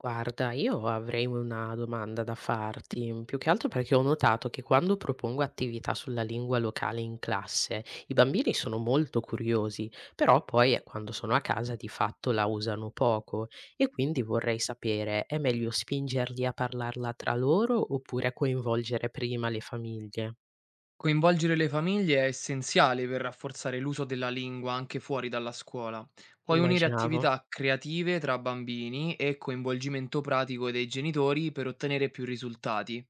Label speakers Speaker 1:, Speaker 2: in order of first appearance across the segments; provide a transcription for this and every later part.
Speaker 1: Guarda, io avrei una domanda da farti, più che altro perché ho notato che quando propongo attività sulla lingua locale in classe, i bambini sono molto curiosi, però poi quando sono a casa di fatto la usano poco e quindi vorrei sapere, è meglio spingerli a parlarla tra loro oppure coinvolgere prima le famiglie?
Speaker 2: Coinvolgere le famiglie è essenziale per rafforzare l'uso della lingua anche fuori dalla scuola. Puoi unire
Speaker 1: Immaginavo.
Speaker 2: attività creative tra bambini e coinvolgimento pratico dei genitori per ottenere più risultati.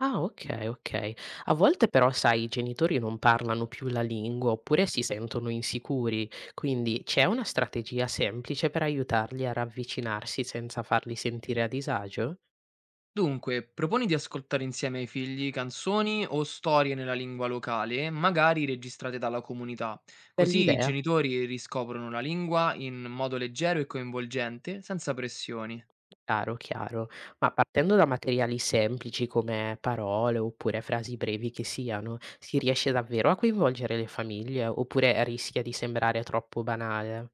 Speaker 1: Ah, okay, okay. A volte però sai i genitori non parlano più la lingua oppure si sentono insicuri, quindi c'è una strategia semplice per aiutarli a ravvicinarsi senza farli sentire a disagio?
Speaker 2: Dunque, proponi di ascoltare insieme ai figli canzoni o storie nella lingua locale, magari registrate dalla comunità. Così i
Speaker 1: Bell'idea,
Speaker 2: genitori riscoprono la lingua in modo leggero e coinvolgente, senza pressioni.
Speaker 1: chiaro, chiaro. Ma partendo da materiali semplici come parole oppure frasi brevi che siano, si riesce davvero a coinvolgere le famiglie oppure rischia di sembrare troppo banale?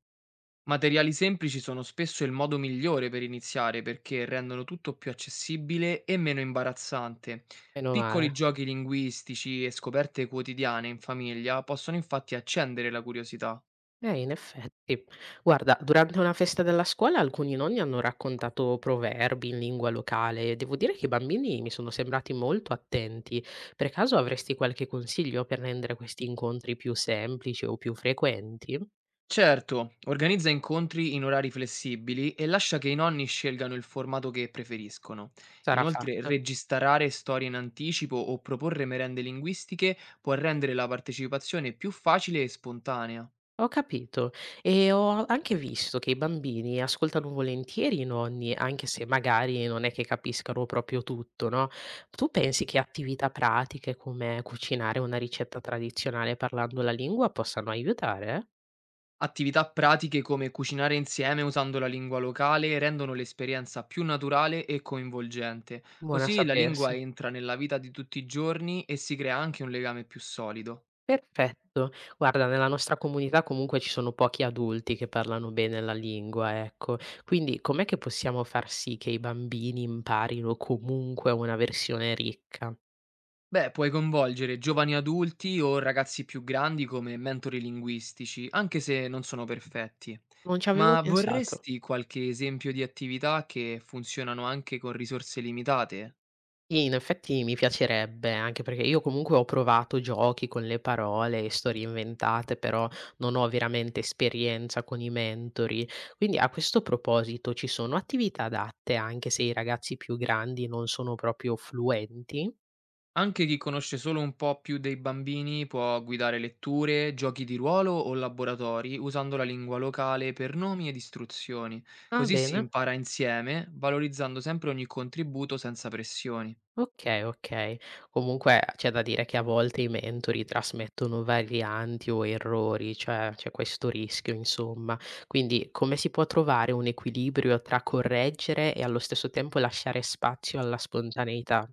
Speaker 2: Materiali semplici sono spesso il modo migliore per iniziare perché rendono tutto più accessibile e meno imbarazzante.
Speaker 1: Meno male.
Speaker 2: Piccoli giochi linguistici e scoperte quotidiane in famiglia possono infatti accendere la curiosità.
Speaker 1: In effetti. Guarda, durante una festa della scuola alcuni nonni hanno raccontato proverbi in lingua locale e devo dire che i bambini mi sono sembrati molto attenti. Per caso avresti qualche consiglio per rendere questi incontri più semplici o più frequenti?
Speaker 2: Certo, organizza incontri in orari flessibili e lascia che i nonni scelgano il formato che preferiscono.
Speaker 1: Sarà
Speaker 2: Inoltre,
Speaker 1: fatto.
Speaker 2: registrare storie in anticipo o proporre merende linguistiche può rendere la partecipazione più facile e spontanea.
Speaker 1: Ho capito e ho anche visto che i bambini ascoltano volentieri i nonni, anche se magari non è che capiscano proprio tutto, no? Tu pensi che attività pratiche come cucinare una ricetta tradizionale parlando la lingua possano aiutare?
Speaker 2: Attività pratiche come cucinare insieme usando la lingua locale rendono l'esperienza più naturale e coinvolgente,
Speaker 1: Buona a
Speaker 2: così la
Speaker 1: sapersi.
Speaker 2: lingua entra nella vita di tutti i giorni e si crea anche un legame più solido.
Speaker 1: Perfetto. Guarda, nella nostra comunità comunque ci sono pochi adulti che parlano bene la lingua, ecco. Quindi com'è che possiamo far sì che i bambini imparino comunque una versione ricca?
Speaker 2: Beh, puoi coinvolgere giovani adulti o ragazzi più grandi come mentori linguistici, anche se non sono perfetti.
Speaker 1: Non ci avevo
Speaker 2: Ma
Speaker 1: pensato.
Speaker 2: vorresti qualche esempio di attività che funzionano anche con risorse limitate?
Speaker 1: Sì, in effetti mi piacerebbe, anche perché io comunque ho provato giochi con le parole e storie inventate, però non ho veramente esperienza con i mentori. Quindi a questo proposito ci sono attività adatte anche se i ragazzi più grandi non sono proprio fluenti?
Speaker 2: Anche chi conosce solo un po' più dei bambini può guidare letture, giochi di ruolo o laboratori usando la lingua locale per nomi ed istruzioni.
Speaker 1: Ah,
Speaker 2: Così si
Speaker 1: bene.
Speaker 2: impara insieme, valorizzando sempre ogni contributo senza pressioni.
Speaker 1: Okay, okay. Comunque c'è da dire che a volte i mentori trasmettono varianti o errori, cioè c'è questo rischio insomma. Quindi come si può trovare un equilibrio tra correggere e allo stesso tempo lasciare spazio alla spontaneità?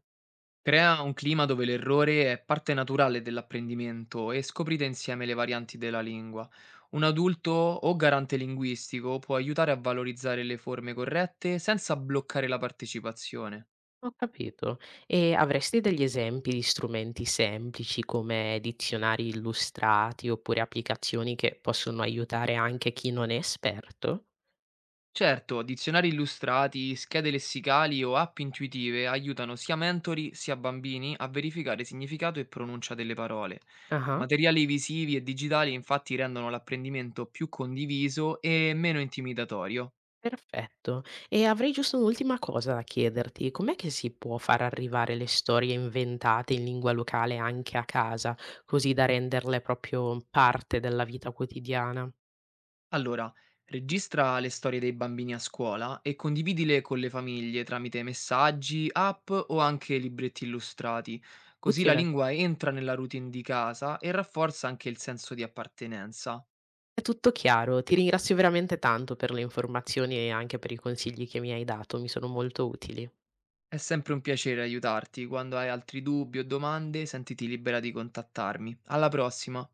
Speaker 2: Crea un clima dove l'errore è parte naturale dell'apprendimento e scoprite insieme le varianti della lingua. Un adulto o garante linguistico può aiutare a valorizzare le forme corrette senza bloccare la partecipazione.
Speaker 1: Ho capito. E avresti degli esempi di strumenti semplici come dizionari illustrati oppure applicazioni che possono aiutare anche chi non è esperto?
Speaker 2: Certo, dizionari illustrati, schede lessicali o app intuitive aiutano sia mentori sia bambini a verificare significato e pronuncia delle parole.
Speaker 1: Ah-ah.
Speaker 2: Materiali visivi e digitali infatti rendono l'apprendimento più condiviso e meno intimidatorio.
Speaker 1: Perfetto. E avrei giusto un'ultima cosa da chiederti. Com'è che si può far arrivare le storie inventate in lingua locale anche a casa, così da renderle proprio parte della vita quotidiana?
Speaker 2: Allora, registra le storie dei bambini a scuola e condividile con le famiglie tramite messaggi, app o anche libretti illustrati, così la
Speaker 1: Utile.
Speaker 2: lingua entra nella routine di casa e rafforza anche il senso di appartenenza.
Speaker 1: È tutto chiaro. Ti ringrazio veramente tanto per le informazioni e anche per i consigli che mi hai dato, mi sono molto utili.
Speaker 2: È sempre un piacere aiutarti. Quando hai altri dubbi o domande, sentiti libera di contattarmi. Alla prossima!